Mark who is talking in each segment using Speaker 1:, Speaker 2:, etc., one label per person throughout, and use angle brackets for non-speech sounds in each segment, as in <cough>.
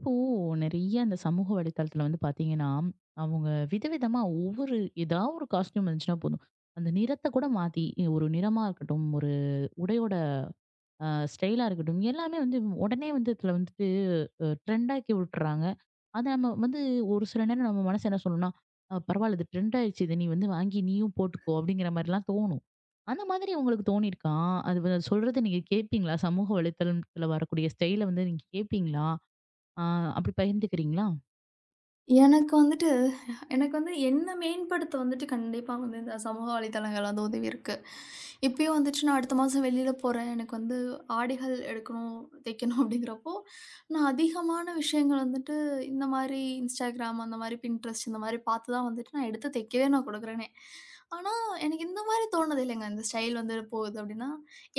Speaker 1: இப்போ நெறைய அந்த சமூக வலைத்தளத்துல வந்து பாத்தீங்கன்னா, அவங்க விதவிதமா ஒவ்வொரு ஏதாவது ஒரு காஸ்டியூம் இருந்துச்சுன்னா போதும். அந்த நிறத்த கூட மாத்தி, ஒரு நிறமா இருக்கட்டும், ஒரு உடையோட அ ஸ்டைலா இருக்கட்டும், எல்லாமே வந்து உடனே வந்து இதுல வந்துட்டு ட்ரெண்ட் ஆக்கி விட்டுறாங்க. அத நம்ம வந்து ஒரு சில நேரம் நம்ம மனசு என்ன சொல்லும்னா, பரவாயில்ல, இது ட்ரெண்ட் ஆயிடுச்சு. இத நீ வந்து வாங்கி நீயும் போட்டுக்கோ" அப்படிங்கிற மாரிலாம் தோணும். அந்த மாதிரி உங்களுக்கு தோணியிருக்கா? அது வ சொல்றத நீங்க கேட்பீங்களா? சமூக வலைத்தளத்துல வரக்கூடிய ஸ்டைல வந்து நீங்க கேட்பீங்களா? ஆ, அப்படி பகிர்ந்துக்கிறீங்களா?
Speaker 2: எனக்கு வந்துட்டு எனக்கு வந்து என்ன மேம்படுத்த வந்துட்டு கண்டிப்பா வந்து இந்த சமூக வலைதளங்கள் வந்து உதவியிருக்கு. இப்பயும் வந்துட்டு நான் அடுத்த மாதம் வெளியில் போறேன். எனக்கு வந்து ஆடைகள் எடுக்கணும், தைக்கணும் அப்படிங்கிறப்போ, நான் அதிகமான விஷயங்கள் வந்துட்டு இந்த மாதிரி Instagram, அந்த மாதிரி Pinterest, இந்த மாதிரி பார்த்து தான் வந்துட்டு நான் எடுத்து தைக்கவே நான் கொடுக்குறேனே. ஆனா, எனக்கு இந்த மாதிரி தோணுது இல்லைங்க. இந்த ஸ்டைல் வந்து போகுது அப்படின்னா,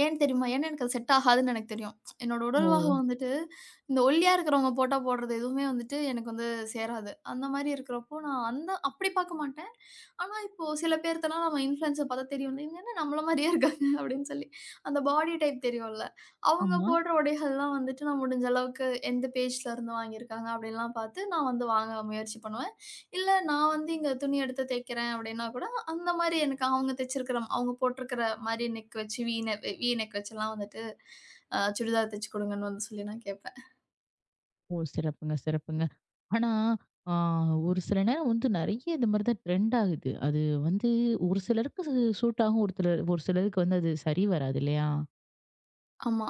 Speaker 2: ஏன் தெரியுமா? ஏன்னா எனக்கு அது செட் ஆகாதுன்னு எனக்கு தெரியும். என்னோட
Speaker 1: ஓ!
Speaker 2: உடல்வாகம் வந்துட்டு இந்த ஒல்லியா இருக்கிறவங்க போட்டா போடுறது எதுவுமே வந்துட்டு எனக்கு வந்து சேராது. அந்த மாதிரி இருக்கிறப்போ நான் அந்த அப்படி பார்க்க மாட்டேன். ஆனா, இப்போ சில பேர்ட்டலாம் நம்ம இன்ஃப்ளூயன்ஸ பார்த்தா தெரியும். இவங்க என்ன நம்மள மாரியே இருக்காங்க <laughs> அப்படின்னு சொல்லி. அந்த பாடி டைப் தெரியும்ல. அவங்க
Speaker 1: ஆமா.
Speaker 2: போடுற உடைகள்லாம் வந்துட்டு நான் முடிஞ்ச அளவுக்கு எந்த பேஜ்ல இருந்து வாங்கியிருக்காங்க அப்படின்லாம் பார்த்து நான் வந்து வாங்க முயற்சி பண்ணுவேன். இல்ல நான் வந்து இங்க துணி எடுத்து தைக்கிறேன் அப்படின்னா கூட, அந்த மாரி எனக்கு அவங்க தைச்சிருக்கிற அவங்க போட்டிருக்கிற மாரி நெக் வச்சு, வி நெக் வச்சுலாம் வந்துட்டு சுடிதார் தைச்சு குடுங்கன்னு வந்து சொல்லி நான் கேட்பேன்.
Speaker 1: ஓ! சிறப்புங்க, சிறப்புங்க. ஆனா, ஆ, ஒரு சில நேரம் வந்து நெறைய இந்த மாரி தான் ட்ரெண்ட் ஆகுது. அது வந்து ஒரு சிலருக்கு சூட் ஆகும். ஒரு சிலர், ஒரு சிலருக்கு வந்து அது சரி வராது இல்லையா?
Speaker 2: ஆமா.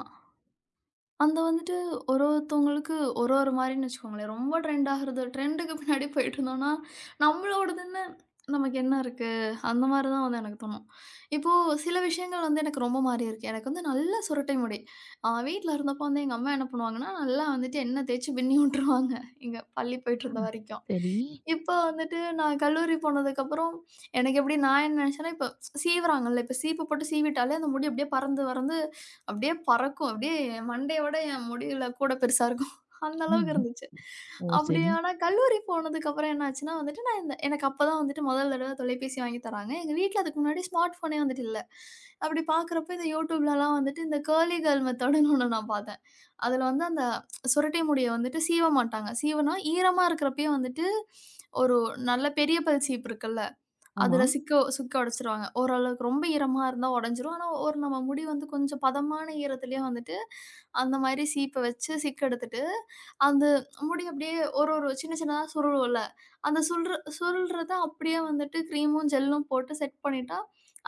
Speaker 2: அந்த வந்துட்டு ஒரு ஒருத்தவங்களுக்கு ஒரு ஒரு மாரின்னு வச்சுக்கோங்களேன். ரொம்ப ட்ரெண்ட் ஆகுறது ட்ரெண்டுக்கு பின்னாடி போயிட்டுருந்தோம்னா, நம்மளோடதுன்னு நமக்கு என்ன இருக்கு? அந்த மாரி தான் வந்து எனக்கு தோணும். இப்போ சில விஷயங்கள் வந்து எனக்கு ரொம்ப மாறியிருக்கு. எனக்கு வந்து நல்ல சுரட்டை முடி. வீட்ல இருந்தப்போ வந்து எங்க அம்மா என்ன பண்ணுவாங்கன்னா, நல்லா வந்துட்டு எண்ணெய் தேய்ச்சு பின்னி விட்டுருவாங்க. இங்க பள்ளி போயிட்டுருந்த வரைக்கும்.
Speaker 1: சரி.
Speaker 2: இப்ப வந்துட்டு நான் கல்லூரி போனதுக்கப்புறம் எனக்கு எப்படி நான் என்ன நினைச்சேன்னா, இப்ப சீவுறாங்கல்ல, இப்ப சீப்பு போட்டு சீவிட்டாலே அந்த முடி அப்படியே பறந்து பறந்து அப்படியே பறக்கும். அப்படியே என் மண்டையோட என் முடியில கூட பெருசா இருக்கும். அந்த அளவுக்கு
Speaker 1: ம்.
Speaker 2: இருந்துச்சு.
Speaker 1: ஓ!
Speaker 2: அப்படி
Speaker 1: சரி.
Speaker 2: ஆனா கல்லூரி போனதுக்கப்புறம் என்ன ஆச்சுன்னா வந்துட்டு, நான் இந்த எனக்கு அப்பதான் வந்துட்டு முதல் தடவ தொலைபேசி வாங்கி தராங்க. எங்க வீட்ல அதுக்கு முன்னாடி ஸ்மார்ட் ஃபோனே வந்துட்டு இல்ல. அப்படி பார்க்குறப்ப இந்த YouTubeலலாம் வந்துட்டு இந்த கர்லி கேர்ள் மெத்தடுன்னு ஒண்ணு நான் பார்த்தேன். அதுல வந்து அந்த சுருட்டை முடிய வந்துட்டு சீவ மாட்டாங்க. சீவுனா ஈரமா இருக்கிறப்பயே வந்துட்டு ஒரு நல்ல பெரிய பல் சீப்பு இருக்குல்ல.
Speaker 1: ஆமா.
Speaker 2: அதுல சிக்க சிக்க உடைச்சுருவாங்க. ஓரளவுக்கு ரொம்ப ஈரமா இருந்தா உடைஞ்சிரும். ஆனா, ஒரு நம்ம முடி வந்து கொஞ்சம் பதமான ஈரத்திலேயே வந்துட்டு, அந்த மாரி சீப்ப வச்சு சிக்க எடுத்துட்டு, அந்த முடி அப்படியே ஒரு ஒரு சின்ன சின்னதா சுருளுவோம்ல, அந்த சுருள் சுருள்றத அப்படியே வந்துட்டு கிரீமும், ஜெல்லும் போட்டு செட் பண்ணிட்டா,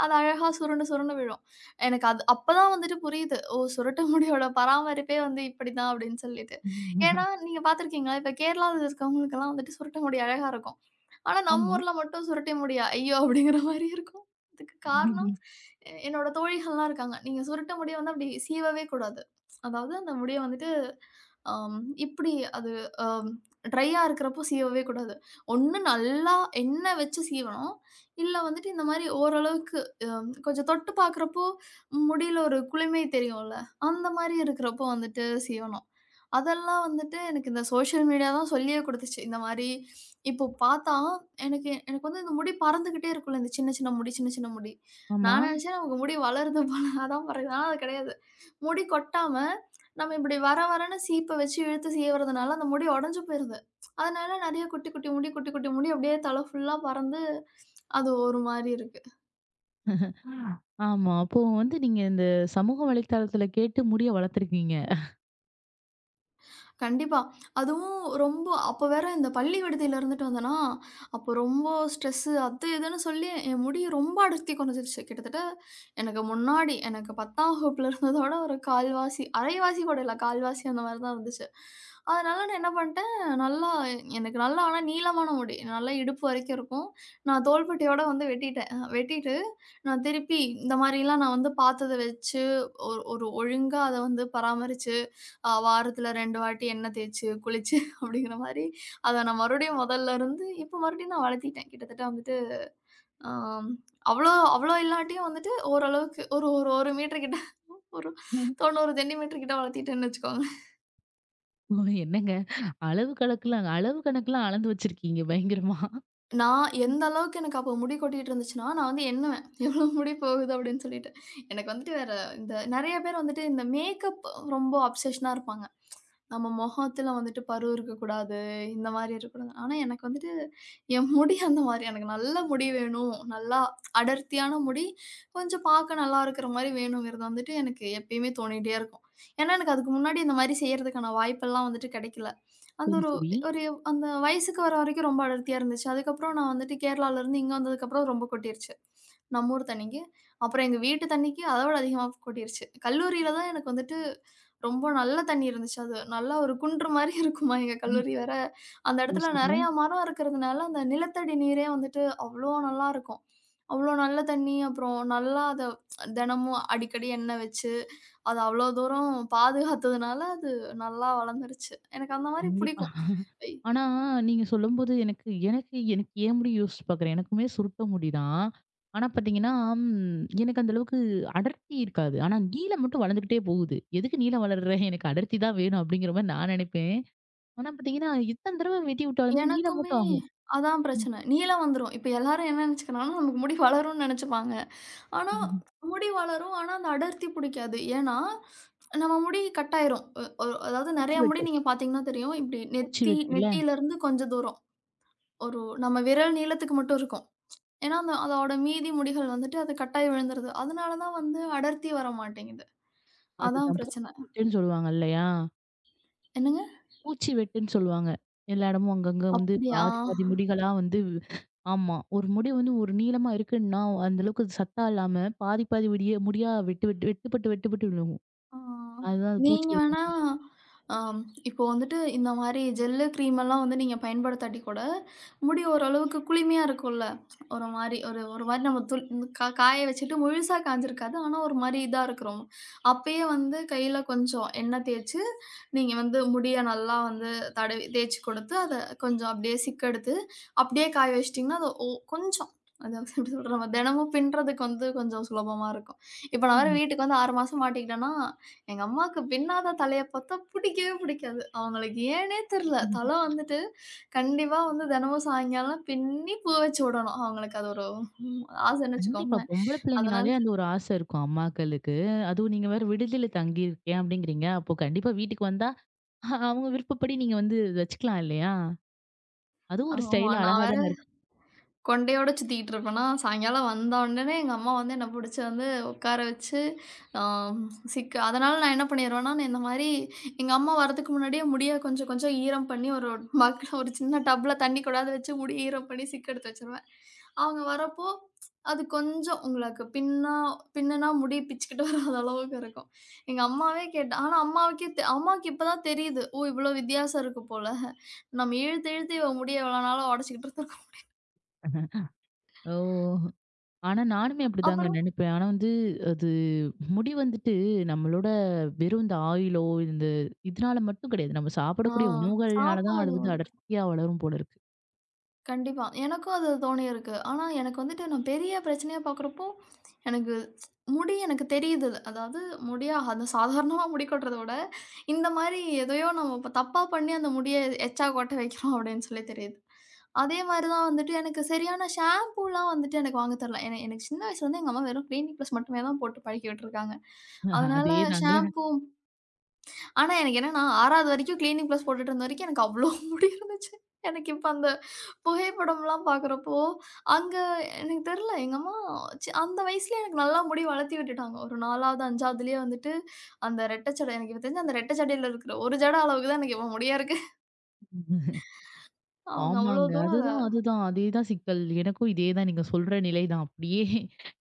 Speaker 2: அது அழகா சுருண்டு சுருண்டு விழும். எனக்கு அது அப்பதான் வந்துட்டு புரியுது. ஓ! சுருட்ட முடியோட பராமரிப்பே வந்து இப்படிதான் அப்படின்னு சொல்லிட்டு. ஏன்னா,
Speaker 1: ம்.
Speaker 2: நீங்க பார்த்துருக்கீங்களா? இப்ப கேரளால இருக்கவங்களுக்கெல்லாம் வந்துட்டு சுருட்ட முடி அழகா இருக்கும். ஆனா, நம்ம
Speaker 1: ஆமா.
Speaker 2: ஊர்ல மட்டும் சுருட்டை முடியா, ஐயோ! அப்படிங்கிற மாரி இருக்கும். இதுக்கு காரணம்
Speaker 1: ம்.
Speaker 2: என்னோட தோழிகள்லாம் இருக்காங்க. நீங்க சுருட்ட முடிய வந்து அப்படி சீவவே கூடாது. அதாவது அந்த முடிய வந்துட்டு இப்படி அது அம் ட்ரையா இருக்கிறப்போ சீவவே கூடாது. ஒண்ணு நல்லா எண்ணெய் வச்சு சீவணும். இல்ல வந்துட்டு இந்த மாரி ஓரளவுக்கு கொஞ்சம் தொட்டு பார்க்குறப்போ, முடியில ஒரு குளுமை தெரியும்ல. அந்த மாரி இருக்கிறப்போ வந்துட்டு சீவனம். அதெல்லாம் வந்துட்டு எனக்கு இந்த சோஷியல் மீடியா தான் சொல்லியே குடுத்துச்சு. இந்த மாரி இப்போ பார்த்தா, எனக்கு எனக்கு வந்து இந்த முடி பறந்துகிட்டே இருக்கும்ல. இந்த சின்ன சின்ன முடி, சின்ன சின்ன முடி.
Speaker 1: ஆமா.
Speaker 2: நான் நெனச்சேன் நமக்கு முடி வளருது போல <laughs> அதான் பறக்குது. ஆனா அது கிடையாது. முடி கொட்டாம, நம்ம இப்படி வர வரன்னு சீப்ப வச்சு இழுத்து சீவுறதுனால அந்த முடி உடைஞ்சு போயிருது. அதனால நெறைய குட்டி குட்டி முடி, குட்டி குட்டி முடி அப்படியே தலை ஃபுல்லா பறந்து, அது ஒரு மாரி இருக்கு.
Speaker 1: ஆமா. அப்போ வந்து நீங்க இந்த சமூக வலைத்தளத்துல கேட்டு முடிய வளர்த்துருக்கீங்க.
Speaker 2: கண்டிப்பா. அதுவும் ரொம்ப அப்ப வேற இந்த பள்ளி விடுதியில இருந்துட்டு வந்தேனா, அப்போ ரொம்ப ஸ்ட்ரெஸ்ஸு அது இதுன்னு சொல்லி என் முடி ரொம்ப அடர்த்தி குறைஞ்சிருச்சு. கிட்டத்தட்ட எனக்கு முன்னாடி எனக்கு 10ஆம் வகுப்புல இருந்ததோட ஒரு கால்வாசி, அரைவாசி கூட இல்ல, கால்வாசி அந்த மாரி தான் இருந்துச்சு. அதனால நான் என்ன பண்ணிட்டேன், நல்லா எனக்கு நல்லா ஆனா நீளமான முடி. நல்லா இடுப்பு வரைக்கும் இருக்கும். நான் தோள்பட்டையோட வந்து வெட்டிட்டேன். வெட்டிட்டு நான் திருப்பி இந்த மாரிலாம் நான் வந்து பார்த்தத வச்சு ஒரு ஒரு ஒழுங்கா அத வந்து பராமரிச்சு வாரத்துல 2 வாட்டி எண்ணெய் தேய்ச்சு, குளிச்சு <laughs> அப்படிங்கிற மாரி, அத நான் மறுபடியும் மொதல்ல இருந்து இப்ப மறுபடியும் நான் வளர்த்திட்டேன். கிட்டத்தட்ட வந்துட்டு அ அவ்ளோ அவ்ளோ இல்லாட்டியும் வந்துட்டு ஓரளவுக்கு ஒரு ஒரு 1 மீட்டர் கிட்ட ஒரு
Speaker 1: ம்.
Speaker 2: 90 சென்டிமீட்டர் கிட்ட வளர்த்திட்டேன்னு வச்சுக்கோங்க.
Speaker 1: ஓ! என்னங்க, அளவு கணக்குலாம், அளவு கணக்குலாம் அளந்து வச்சிருக்கீங்க பயங்கரமா.
Speaker 2: நான்
Speaker 1: ம்.
Speaker 2: எந்த அளவுக்கு எனக்கு அப்போ முடி கொட்டிட்டு இருந்துச்சுன்னா, நான் வந்து எண்ணுவேன். <laughs> எவ்வளோ முடி போகுது அப்படின்னு சொல்லிட்டு. எனக்கு வந்துட்டு வேற இந்த நெறைய பேர் வந்துட்டு இந்த மேக்கப் ரொம்ப அப்சஷனா இருப்பாங்க. நம்ம மொகத்துல வந்துட்டு பரு இருக்கக்கூடாது. இந்த மாரி இருக்கக்கூடாது. ஆனா எனக்கு வந்துட்டு என் முடி அந்த மாரி எனக்கு நல்ல முடி வேணும். நல்லா அடர்த்தியான முடி, கொஞ்சம் பார்க்க நல்லா இருக்கிற மாரி வேணுங்கிறது வந்துட்டு எனக்கு எப்பயுமே தோணிட்டே இருக்கும். ஏன்னா எனக்கு அதுக்கு முன்னாடி இந்த மாரி செய்றதுக்கான வாய்ப்பெல்லாம் வந்துட்டு கிடைக்கல. அந்த
Speaker 1: சரி,
Speaker 2: ஒரு
Speaker 1: சரி.
Speaker 2: ஒரு அந்த வயசுக்கு வர வரைக்கும் ரொம்ப அடர்த்தியா இருந்துச்சு. அதுக்கப்புறம் நான் வந்துட்டு கேரளால இருந்து இங்க வந்ததுக்கப்புறம் ரொம்ப கொட்டிருச்சு. நம்ம ஊர் தண்ணிக்கு. அப்புறம் எங்க வீட்டு தண்ணிக்கு அத விட அதிகமா கொட்டிருச்சு. கல்லூரியில தான் எனக்கு வந்துட்டு ரொம்ப நல்ல தண்ணி இருந்துச்சு. அது நல்லா ஒரு குன்று மாரி <laughs> இருக்குமா எங்க
Speaker 1: ம்.
Speaker 2: கல்லூரி வேற. அந்த
Speaker 1: ஓ!
Speaker 2: இடத்துல
Speaker 1: சரி.
Speaker 2: நெறைய மரம் இருக்கிறதுனால அந்த நிலத்தடி நீரே வந்துட்டு அவ்ளோ நல்லாருக்கும். அவ்ளோ நல்ல தண்ணி அப்புறம் நல்லா அத தினமும் அடிக்கடி எண்ணெய் வச்சு, அத அவ்ளோ தூரம் பாதுகாத்ததுனால அது நல்லா வளர்ந்துருச்சு. எனக்கு அந்த மாரி
Speaker 1: கண்டிப்பா.
Speaker 2: பிடிக்கும். ஐ
Speaker 1: ஆனா, நீங்க சொல்லும்போது எனக்கு எனக்கு எனக்கு ஏன் முடி யோசிச்சு பார்க்குறேன். எனக்குமே சுருட்ட முடி தான். ஆனா பார்த்தீங்கன்னா, எனக்கு அந்த அளவுக்கு அடர்த்தி இருக்காது. ஆனா நீளம் மட்டும் வளர்ந்துக்கிட்டே போகுது. எதுக்கு நீளம் வளர்ற? எனக்கு அடர்த்தி தான் வேணும் அப்படிங்கிற மாரி நான் நினைப்பேன். ஆனா பார்த்தீங்கன்னா, எத்தன தடவ வெட்டி விட்டாலுமே நீளம்
Speaker 2: எனக்குமே
Speaker 1: மட்டும் ஆகும்.
Speaker 2: அதான்
Speaker 1: ம்,
Speaker 2: பிரச்சனை. நீளம் வந்துரும். இப்ப எல்லாரும் என்ன நெனச்சுக்கிறாங்கன்னா, நமக்கு முடி வளரும்ன்னு நெனச்சுப்பாங்க. ஆனா,
Speaker 1: ம், ம்.
Speaker 2: முடி வளரும். ஆனா, அந்த அடர்த்தி புடிக்காது. ஏன்னா, நம்ம முடி கட் ஆயிரும். அ ஒ அதாவது
Speaker 1: பூச்சி
Speaker 2: நெறைய முடி
Speaker 1: வெட்டு
Speaker 2: நீங்க பாத்தீங்கன்னா தெரியும். இப்படி
Speaker 1: பூச்சி
Speaker 2: நெத்தி
Speaker 1: வெட்டுல்ல.
Speaker 2: நெத்தியிலருந்து கொஞ்சம் தூரம். ஒரு நம்ம விரல் நீளத்துக்கு மட்டும் இருக்கும். ஏன்னா, அந்த அதோட மீதி முடிகள் வந்துட்டு அது கட்டாயி விழுந்துருது. அதனால தான் வந்து அடர்த்தி வர மாட்டேங்குது. அதான்
Speaker 1: அதுதான் பூச்சி
Speaker 2: பிரச்சனை.
Speaker 1: வெட்டுன்னு சொல்லுவாங்க இல்லையா?
Speaker 2: என்னங்க?
Speaker 1: பூச்சி வெட்டுன்னு சொல்லுவாங்க. எல்லா இடமும் அங்கங்க வந்து
Speaker 2: அப்படியா?
Speaker 1: பாதி பாதி முடிகளா வந்து. ஆமா. ஒரு முடி வந்து ஒரு நீளமா இருக்குன்னா, அந்த அளவுக்கு அது சத்தா இல்லாம பாதி பாதி முடிய முடியா வெட்டு வெட்டு வெட்டுப்பட்டு வெட்டுப்பட்டு விழுகும்.
Speaker 2: ஆ.
Speaker 1: அதுதான் அது பூச்சி
Speaker 2: நீங்க
Speaker 1: வெட்டுன்னு
Speaker 2: வேணா
Speaker 1: சொல்லுவோம்.
Speaker 2: ஆம், இப்போ வந்துட்டு இந்த மாரி ஜெல்லு, கிரீம் எல்லாம் வந்து நீங்க பயன்படுத்தாட்டி கூட, முடி ஓரளவுக்கு குளுமையா இருக்கும்ல. ஒரு மாரி ஒரு ஒரு மாரி நம்ம காய வச்சுட்டு முழுசா காய்ஞ்சிருக்காது. ஆனா, ஒரு மாரி இதா இருக்கிறோம். அப்பயே வந்து கையில கொஞ்சம் எண்ணெய் தேய்ச்சு, நீங்க வந்து முடிய நல்லா வந்து தடவி தேய்ச்சு கொடுத்து, அத கொஞ்சம் அப்படியே சிக்கெடுத்து, அப்படியே காய வச்சுட்டீங்கன்னா, அது கொஞ்சம் அது எப்படி சொல்றது? நம்ம தினமும் பின்றதுக்கு வந்து கொஞ்சம் சுலபமா இருக்கும். இப்ப நான் வேற
Speaker 1: ஆமா.
Speaker 2: வீட்டுக்கு வந்து 6 மாசம் மாட்டிக்கிட்டேன்னா, எங்க அம்மாவுக்கு பின்னாத தலைய பார்த்தா பிடிக்கவே பிடிக்காது. அவங்களுக்கு ஏன்னே தெரியல. தல வந்துட்டு கண்டிப்பா வந்து தினமும் சாயங்காலம் பின்னி பூ வச்சு விடணும். அவங்களுக்கு அது ஒரு ம், ஆசைன்னு
Speaker 1: கண்டிப்பா.
Speaker 2: வச்சுக்கோங்களேன்.
Speaker 1: பொம்பள பிள்ளைங்கனாலே
Speaker 2: அதனால
Speaker 1: அந்த ஒரு ஆசை இருக்கும் அம்மாக்களுக்கு. அதுவும் நீங்க வேற விடுதியில தங்கியிருக்கேன் அப்படிங்கிறீங்க. அப்போ கண்டிப்பா வீட்டுக்கு வந்தா அவங்க விருப்பப்படி நீங்க வந்து வச்சுக்கலாம் இல்லையா? அதுவும் ஒரு
Speaker 2: ஆமா
Speaker 1: ஸ்டைலா
Speaker 2: நான்
Speaker 1: அழகா
Speaker 2: வேற
Speaker 1: தானே இருக்கும்.
Speaker 2: கொண்டையோட சுத்திக்கிட்டு இருப்பேனா, சாயங்காலம் வந்த உடனே எங்க அம்மா வந்து என்ன புடிச்சு வந்து உட்கார வச்சு, அ சிக்கு அதனால நான் என்ன பண்ணிருவேன்னா, இந்த மாரி எங்க அம்மா வரதுக்கு முன்னாடியே முடிய கொஞ்சம் கொஞ்சம் ஈரம் பண்ணி ஒரு மக்ல ஒரு சின்ன டப்ல தண்ணி கொண்டாந்து வச்சு முடி ஈரம் பண்ணி சிக்கு எடுத்து வச்சுருவேன். அவங்க வரப்போ அது கொஞ்சம் உங்களுக்கு பின்னுனா முடி பிச்சுக்கிட்டு வராத அளவுக்கு இருக்கும். எங்க அம்மாவே கேட்டா ஆனா அம்மாவுக்கே தெ அம்மாவுக்கு இப்ப தான் தெரியுது. ஓ! இவ்வளோ வித்தியாசம் இருக்கு போல. நம்ம இழுத்து இழுத்து இவ முடிய எவ்வளோ நாளா உடைச்சுக்கிட்டு இருந்திருக்கோம்.
Speaker 1: ஓ! ஆனா, நானுமே அப்படிதாங்க
Speaker 2: அப்புறம்
Speaker 1: நினைப்பேன். ஆனா வந்து, அது முடி வந்துட்டு நம்மளோட வெறும் இந்த ஆயிலோ, இந்த இதனால மட்டும் கிடையாது. நம்ம
Speaker 2: ஆ
Speaker 1: சாப்பிடக்கூடிய உணவுகள்னால தான் அது
Speaker 2: சாப்பாடும்
Speaker 1: வந்து
Speaker 2: இருக்கு.
Speaker 1: அடர்த்தியா வளரும் போல இருக்கு.
Speaker 2: கண்டிப்பா. எனக்கும் அது தோணியிருக்கு. ஆனா, எனக்கு வந்துட்டு நான் பெரிய பிரச்சனையா பார்க்குறப்போ, எனக்கு முடி எனக்கு தெரியுது. அதாவது முடியா அது சாதாரணமா முடி கொட்டுறத விட, இந்த மாரி எதையோ நம்ம இப்ப தப்பா பண்ணி அந்த முடிய எச்சா கொட்ட வைக்கிறோம் அப்படின்னு சொல்லி தெரியுது. அதே மாரி தான் வந்துட்டு எனக்கு சரியான ஷாம்பூலாம் வந்துட்டு எனக்கு வாங்க தெரில. எனக்கு சின்ன வயசுலேருந்து எங்க அம்மா வெறும் கிளினிக் ப்ளஸ் மட்டுமே தான் போட்டு பழக்கி விட்டுருக்காங்க.
Speaker 1: <laughs>
Speaker 2: அதனால
Speaker 1: அதேதாங்க.
Speaker 2: ஷாம்பூ ஆனா எனக்கு என்னன்னா 6வது வரைக்கும் கிளீனிங் ப்ளஸ் போட்டுட்டு இருந்த வரைக்கும் எனக்கு அவ்ளோ <laughs> முடி இருந்துச்சு. எனக்கு இப்ப அந்த புகைப்படம்லாம் பார்க்குறப்போ, அங்க எனக்கு தெரியல எங்க அம்மா அந்த வயசுலயே எனக்கு நல்லா முடி வளர்த்தி விட்டுட்டாங்க. ஒரு 4வது, 5வதுலயே வந்துட்டு அந்த ரெட்டை ஜட எனக்கு இப்ப தெரிஞ்சு அந்த ரெட்டை ஜடையில இருக்கிற ஒரு ஜட அளவுக்கு தான் எனக்கு இப்போ முடியா இருக்கு. <laughs> அவங்க அவ்ளோ
Speaker 1: ஆமாங்க.
Speaker 2: தூரம் அத
Speaker 1: அதுதான், அதுதான். அதேதான் சிக்கல். எனக்கும் இதேதான் நீங்க சொல்ற நிலைதான். அப்படியே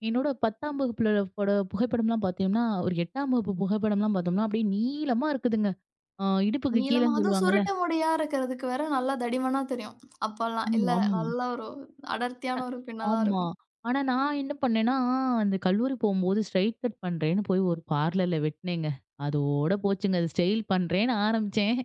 Speaker 1: என்னோட 10ஆம் வகுப்புல பட புகைப்படம்லாம் பார்த்தீங்கன்னா, ஒரு 8ஆம் வகுப்பு புகைப்படம்லாம் பார்த்தோம்னா, அப்படியே நீளமா இருக்குதுங்க. அ இடுப்புக்கு
Speaker 2: நீளமா
Speaker 1: கீழன்னு
Speaker 2: அதுவும்
Speaker 1: சொல்லுவாங்கல்ல.
Speaker 2: சுருட்ட முடியா இருக்கிறதுக்கு வேற நல்லா தடிமனா தெரியும். அப்பல்லாம்
Speaker 1: ஆமா,
Speaker 2: இல்ல
Speaker 1: ஆமா.
Speaker 2: நல்லா ஒரு அடர்த்தியான ஒரு பின்னலா
Speaker 1: ஆமா.
Speaker 2: இருக்கும்.
Speaker 1: ஆனா நான் என்ன பண்ணேன்னா, அந்த கல்லூரி போம்போது ஸ்ட்ரைட் கட் பண்றேன்னு போய் ஒரு பார்லர்ல வெட்டுனேங்க. அதோட போச்சுங்க. அது ஸ்டைல் பண்றேன்னு ஆரம்பிச்சேன்.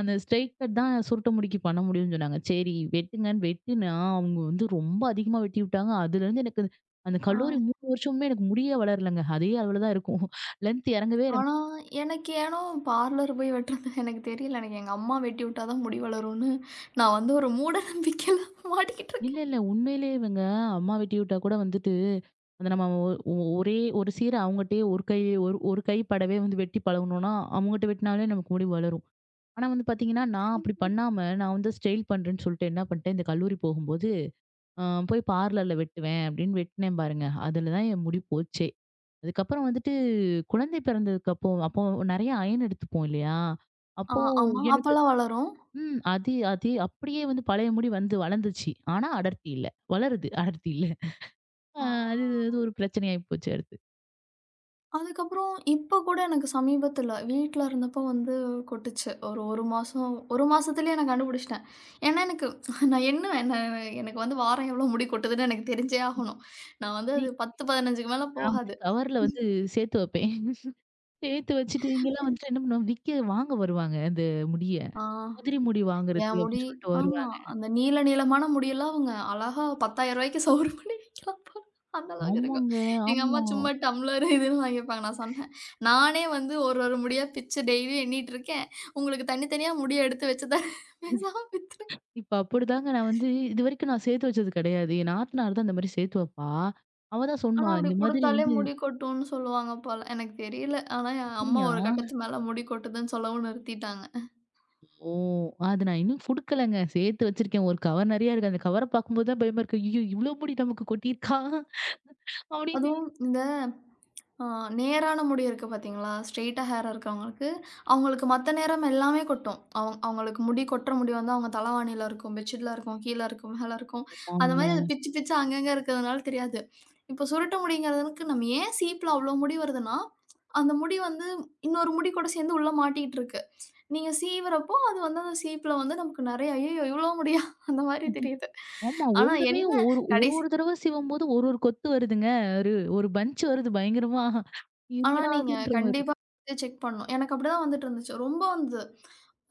Speaker 1: அந்த ஸ்ட்ரைட் கட் தான் சுருட்ட முடிக்கு பண்ண முடியும்னு சொன்னாங்க. சரி வெட்டுங்கன்னு வெட்டுனா, அவங்க வந்து ரொம்ப அதிகமா வெட்டி விட்டாங்க. அதுலேருந்து எனக்கு அந்த
Speaker 2: ஆ.
Speaker 1: கல்லூரி 3 வருஷமுமே எனக்கு முடியே வளரலங்க. அதே அளவுல தான் இருக்கும். லென்த் இறங்கவே இறங்காது.
Speaker 2: ஆனா, எனக்கு ஏனோ பார்லர் போய் வெட்டுறது எனக்கு தெரியல. எனக்கு எங்க அம்மா வெட்டி விட்டா தான் முடி வளரும்னு, நான் வந்து ஒரு மூட நம்பிக்கையில மாட்டிக்கிட்டு
Speaker 1: இல்ல,
Speaker 2: இருக்கேன்.
Speaker 1: இல்ல. உண்மையிலேயே இவங்க அம்மா வெட்டி விட்டா கூட வந்துட்டு, அந்த நம்ம ஒ ஒ ஒரே ஒரு சீர அவங்கட்டயே ஒரு கை, ஒரு ஒரு கை படவே வந்து வெட்டி பழகுனோம்னா, அவங்கட்ட வெட்டினாலே நமக்கு முடி வளரும். ஆனா வந்து பார்த்தீங்கன்னா, நான் அப்படி பண்ணாம, நான் வந்து ஸ்டைல் பண்றேன்னு சொல்லிட்டு என்ன பண்ணிட்டேன், இந்த கல்லூரி போகும்போது, அ போய் பார்லர்ல வெட்டுவேன் அப்படின்னு வெட்டினேன் பாருங்க. அதில தான் என் முடி போச்சே. அதுக்கப்புறம் வந்துட்டு குழந்தை பிறந்ததுக்கு அப்போ அப்போ நெறைய அயன் எடுத்துப்போம் இல்லையா?
Speaker 2: ஆ
Speaker 1: அப்போ
Speaker 2: ஆமா.
Speaker 1: எனக்கு
Speaker 2: அப்பலாம் வளரும்.
Speaker 1: ம். அது அது அப்படியே வந்து பழைய முடி வந்து வளர்ந்துச்சு. ஆனா அடர்த்தி இல்ல. வளருது, அடர்த்தி இல்ல. அ
Speaker 2: ஆ
Speaker 1: அது அது ஒரு பிரச்சனையாயி போச்சு அடுத்து.
Speaker 2: அதுக்கப்புறம் இப்ப கூட எனக்கு சமீபத்தில வீட்ல இருந்தப்போ வந்து கொட்டுச்சு. ஒரு 1 மாசம் 1 மாசத்துலயே நான் கண்டுபிடிச்சுட்டேன். ஏன்னா எனக்கு நான் எண்ணுவேன். என்ன எனக்கு வந்து வாரம் எவ்வளோ முடி கொட்டுதுன்னு எனக்கு தெரிஞ்சே ஆகணும். நான் வந்து
Speaker 1: நீ
Speaker 2: அது 10, 15க்கு மேல
Speaker 1: நான் வந்து
Speaker 2: போகாது.
Speaker 1: கவர்ல வந்து சேர்த்து வைப்பேன். <laughs> சேர்த்து வச்சுட்டு இங்கலாம் வந்துட்டு என்ன பண்ணுவோம், விக்க வாங்க வருவாங்க அந்த முடிய.
Speaker 2: ஆ.
Speaker 1: "உதிரி முடி வாங்குறது"
Speaker 2: என் முடி
Speaker 1: அப்படின்னு சொல்லிட்டு
Speaker 2: ஆமா.
Speaker 1: வருவாங்க.
Speaker 2: அந்த நீள நீளமான முடியெல்லாம் அவங்க அழகா ரூ. 10,000க்கு சவுறு பண்ணி விக்கலாம் போல. அந்த அளவுக்கு இருக்கும்.
Speaker 1: ஆமாங்க,
Speaker 2: எங்க அம்மா
Speaker 1: ஆமா.
Speaker 2: சும்மா டம்ளர் இதுன்னு வாங்கிப்பாங்க. நான் சொன்னேன், "நானே வந்து ஒரு ஒரு முடியா பிச்சு டெய்லியும் எண்ணிட்டுருக்கேன். உங்களுக்கு தனித்தனியா முடிய எடுத்து வச்சு தரேன். <laughs> பேசாம வித்துருங்க."
Speaker 1: இப்ப அப்படிதாங்க நான் வந்து இதுவரைக்கும் நான் சேர்த்து வச்சது கிடையாது. என் நாத்தனார் தான் இந்த மாரி சேர்த்து வைப்பா. அவ தான்
Speaker 2: ஆனா
Speaker 1: சொன்னா,
Speaker 2: அப்படி
Speaker 1: "இந்த மாதிரி
Speaker 2: குடுத்தாலே
Speaker 1: வந்து."
Speaker 2: முடி கொட்டும்னு சொல்லுவாங்க போல. எனக்கு தெரியல. ஆனா என் அம்மா
Speaker 1: அப்படியா?
Speaker 2: ஒரு கட்டத்துக்கு மேல முடி கொட்டுதுன்னு சொல்லவும் நிறுத்திட்டாங்க.
Speaker 1: ஓ! அது நான் இன்னும் குடுக்கலங்க. சேர்த்து வச்சிருக்கேன். ஒரு கவர் நெறையா இருக்கு. அந்த கவர பார்க்கும்போது தான் பயமா இருக்கு. ஐயோ! இவ்ளோ முடி நமக்கு கொட்டியிருக்கா? அப்படின்னு.
Speaker 2: அதுவும் இந்த ஆ நேரான முடி இருக்கு பார்த்தீங்களா? ஸ்ட்ரெய்ட்டா ஹேர் இருக்கவங்களுக்கு, அவங்களுக்கு மத்த நேரம் எல்லாமே கொட்டும். அவங்களுக்கு முடி கொட்டுற முடி வந்து அவங்க தலவாணியில இருக்கும், பெட்ஷீட்ல இருக்கும், கீழ இருக்கும், மேல இருக்கும். அந்த
Speaker 1: ஆமாங்க.
Speaker 2: மாரி அது பிச்சு பிச்சு அங்கங்க இருக்கிறதுனால தெரியாது. இப்போ சுருட்ட முடிங்கிறதுக்கு நம்ம ஏன் சீப்ல அவ்ளோ முடி வருதுன்னா, அந்த முடி வந்து இன்னொரு முடி கூட சேர்ந்து உள்ள மாட்டிக்கிட்டு இருக்கு. நீங்க சீவுறப்போ அது வந்து அந்த சீப்ல வந்து நமக்கு நெறைய, "ஐயய்யோ! இவ்ளோ முடியா?" அந்த மாரி தெரியுது.
Speaker 1: ஆமா.
Speaker 2: ஆனா
Speaker 1: ஒரு
Speaker 2: என்ன
Speaker 1: தடவையும் ஒரு,
Speaker 2: கடைசி
Speaker 1: ஒரு தடவ சிவும்போது ஒரு ஒரு கொத்து வருதுங்க. ஒரு ஒரு பஞ்ச் வருது பயங்கரமா.
Speaker 2: ஆனா,
Speaker 1: என்னடா
Speaker 2: நீங்க
Speaker 1: அதுன்ற மாரி இருக்கும்.
Speaker 2: கண்டிப்பா வந்து செக் பண்ணணும். எனக்கு அப்படிதான் வந்துட்டு இருந்துச்சு. ரொம்ப வந்து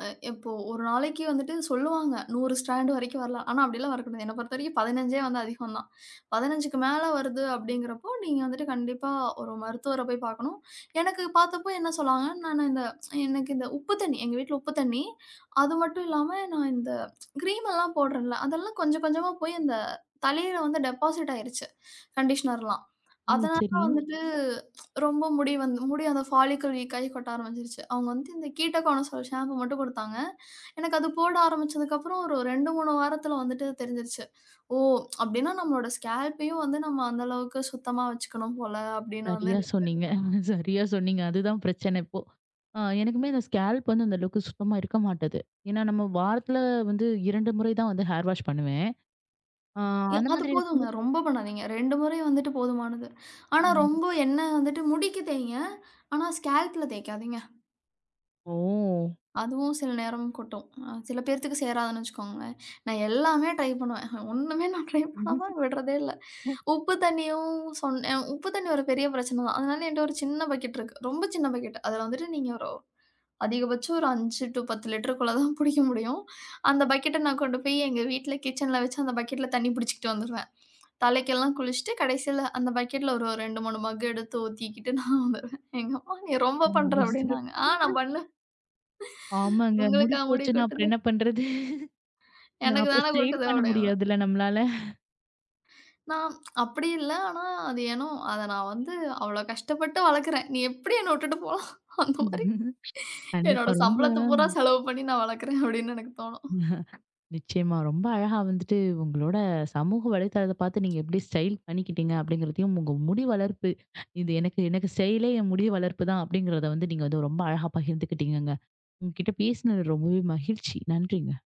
Speaker 2: இப்போ ஒரு நாளைக்கு வந்துட்டு சொல்லுவாங்க, 100 ஸ்டாண்ட் வரைக்கும் வரலாம். ஆனா, அப்படிலாம் வரக்கூடாது. என்ன பொறுத்தவரைக்கும் 15ஏ வந்து அதிகம் தான். 15க்கு மேல வருது அப்படிங்கிறப்போ, நீங்க வந்துட்டு கண்டிப்பா ஒரு மருத்துவர போய் பார்க்கணும். எனக்கு பார்த்தப்போ என்ன சொன்னாங்கன்னா, நான் இந்த எனக்கு இந்த உப்பு தண்ணி எங்க வீட்ல உப்பு தண்ணி, அது மட்டும் இல்லாம நான் இந்த கிரீம் எல்லாம் போடுறேன்ல, அதெல்லாம் கொஞ்சம் கொஞ்சமா போய் அந்த தலையில வந்து டெபாசிட் ஆயிருச்சு, கண்டிஷனர்லாம்.
Speaker 1: ம்.
Speaker 2: அதனால
Speaker 1: சரி.
Speaker 2: ஓ! வந்துட்டு ரொம்ப முடி வந்து முடி அந்த ஃபாலிக்கல் வீக்காகி கொட்ட ஆரம்பிச்சுருச்சு. அவங்க வந்து இந்த கீட்டகானசோல் ஷாம்பு மட்டும் குடுத்தாங்க. எனக்கு அது போட ஆரம்பிச்சதுக்கப்புறம் ஒரு 2, 3 வாரத்தில வந்துட்டு தெரிஞ்சிருச்சு. ஓ! அப்படின்னா நம்மளோட ஸ்கேல்ப்பையும் வந்து நம்ம அந்த அளவுக்கு சுத்தமா வச்சுக்கணும் போல அப்படின்னு வந்து
Speaker 1: சரியா
Speaker 2: எனக்கு
Speaker 1: சொன்னீங்க. சரியா சொன்னீங்க. அதுதான் பிரச்சனை இப்போ. ஆ, எனக்குமே இந்த ஸ்கேல்ப் வந்து அந்த அளவுக்கு சுத்தமா இருக்க மாட்டது. ஏன்னா நம்ம வாரத்துல வந்து 2 முறை தான் வந்து ஹேர் வாஷ் பண்ணுவேன். ஆ, அந்த
Speaker 2: அது
Speaker 1: மாதிரி
Speaker 2: போதுங்க.
Speaker 1: இருக்கும்போது
Speaker 2: ரொம்ப பண்ணாதீங்க. 2 முறை வந்துட்டு போதுமானது. ஆனா
Speaker 1: ம்.
Speaker 2: ரொம்ப எண்ணெய் வந்துட்டு முடிக்கு தேய்ங்க. ஆனா ஸ்கேல்ப்ல தேய்க்காதீங்க.
Speaker 1: ஓ!
Speaker 2: அதுவும் சில நேரம் கொட்டும். சில பேர்த்துக்கு சேராதுன்னு வச்சுக்கோங்களேன். நான் எல்லாமே ட்ரை பண்ணுவேன். <laughs> ஒண்ணுமே நான் ட்ரை பண்ணாம விடுறதே இல்ல. உப்பு தண்ணியும் சொன்னேன் உப்பு தண்ணி ஒரு பெரிய பிரச்சனை தான். அதனால என்ட்ட ஒரு சின்ன பக்கெட் இருக்கு. ரொம்ப சின்ன பக்கெட். அதில வந்துட்டு நீங்க ஒரு அதிகபட்சம் ஒரு 5 டூ 10 லிட்டருக்குள்ள தான் புடிக்க முடியும். அந்த பக்கெட்ட நான் கொண்டு போய் எங்க வீட்ல கிச்சன்ல வச்சு அந்த பக்கெட்ல தண்ணி புடிச்சுக்கிட்டு வந்துருவேன். தலைக்கெல்லாம் குளிச்சுட்டு கடைசியில அந்த பக்கெட்ல ஒரு 2, 3 மக் எடுத்து ஊத்திக்கிட்டு நான் வந்துருவேன். எங்க அம்மா "நீ ரொம்ப
Speaker 1: ஆமா,
Speaker 2: பண்ற" அப்படின்னாங்க. ஆ நான் பண்ணுவேன்.
Speaker 1: ஆமாங்க. முடி
Speaker 2: உங்களுக்கா முடி
Speaker 1: போச்சுன்னா அப்புறம்
Speaker 2: கொட்டுது?
Speaker 1: என்ன பண்றது?
Speaker 2: எனக்கு
Speaker 1: அப்புறம்
Speaker 2: தானே
Speaker 1: ஸ்டைல்
Speaker 2: கொட்டுது
Speaker 1: பண்ண
Speaker 2: அப்படிம்பேன்.
Speaker 1: முடியாதுல்ல நம்மளால.
Speaker 2: நான் அப்படி இல்ல. ஆனா, அது ஏனோ அத நான் வந்து அவ்ளோ கஷ்டப்பட்டு வளர்க்குறேன். நீ எப்படி என்ன விட்டுட்டு போலாம்? அந்த மாரி என்னோட
Speaker 1: கண்டிப்பா. ரொம்ப.
Speaker 2: சம்பளத்த பூரா செலவு பண்ணி நான் வளர்க்குறேன் அப்படின்னு எனக்கு தோணும்.
Speaker 1: <laughs> நிச்சயமா. ரொம்ப அழகா வந்துட்டு உங்களோட சமூக வலைத்தளத்த பார்த்து நீங்க எப்படி ஸ்டைல் பண்ணிக்கிட்டீங்க அப்படிங்கிறதையும், உங்க முடி வளர்ப்பு, இது எனக்கு எனக்கு ஸ்டைலே என் முடி வளர்ப்பு தான் அப்படிங்கிறத வந்து நீங்க வந்து ரொம்ப அழகா பகிர்ந்துக்கிட்டீங்கங்க. உங்ககிட்ட பேசினது ரொம்பவே மகிழ்ச்சி. நன்றிங்க.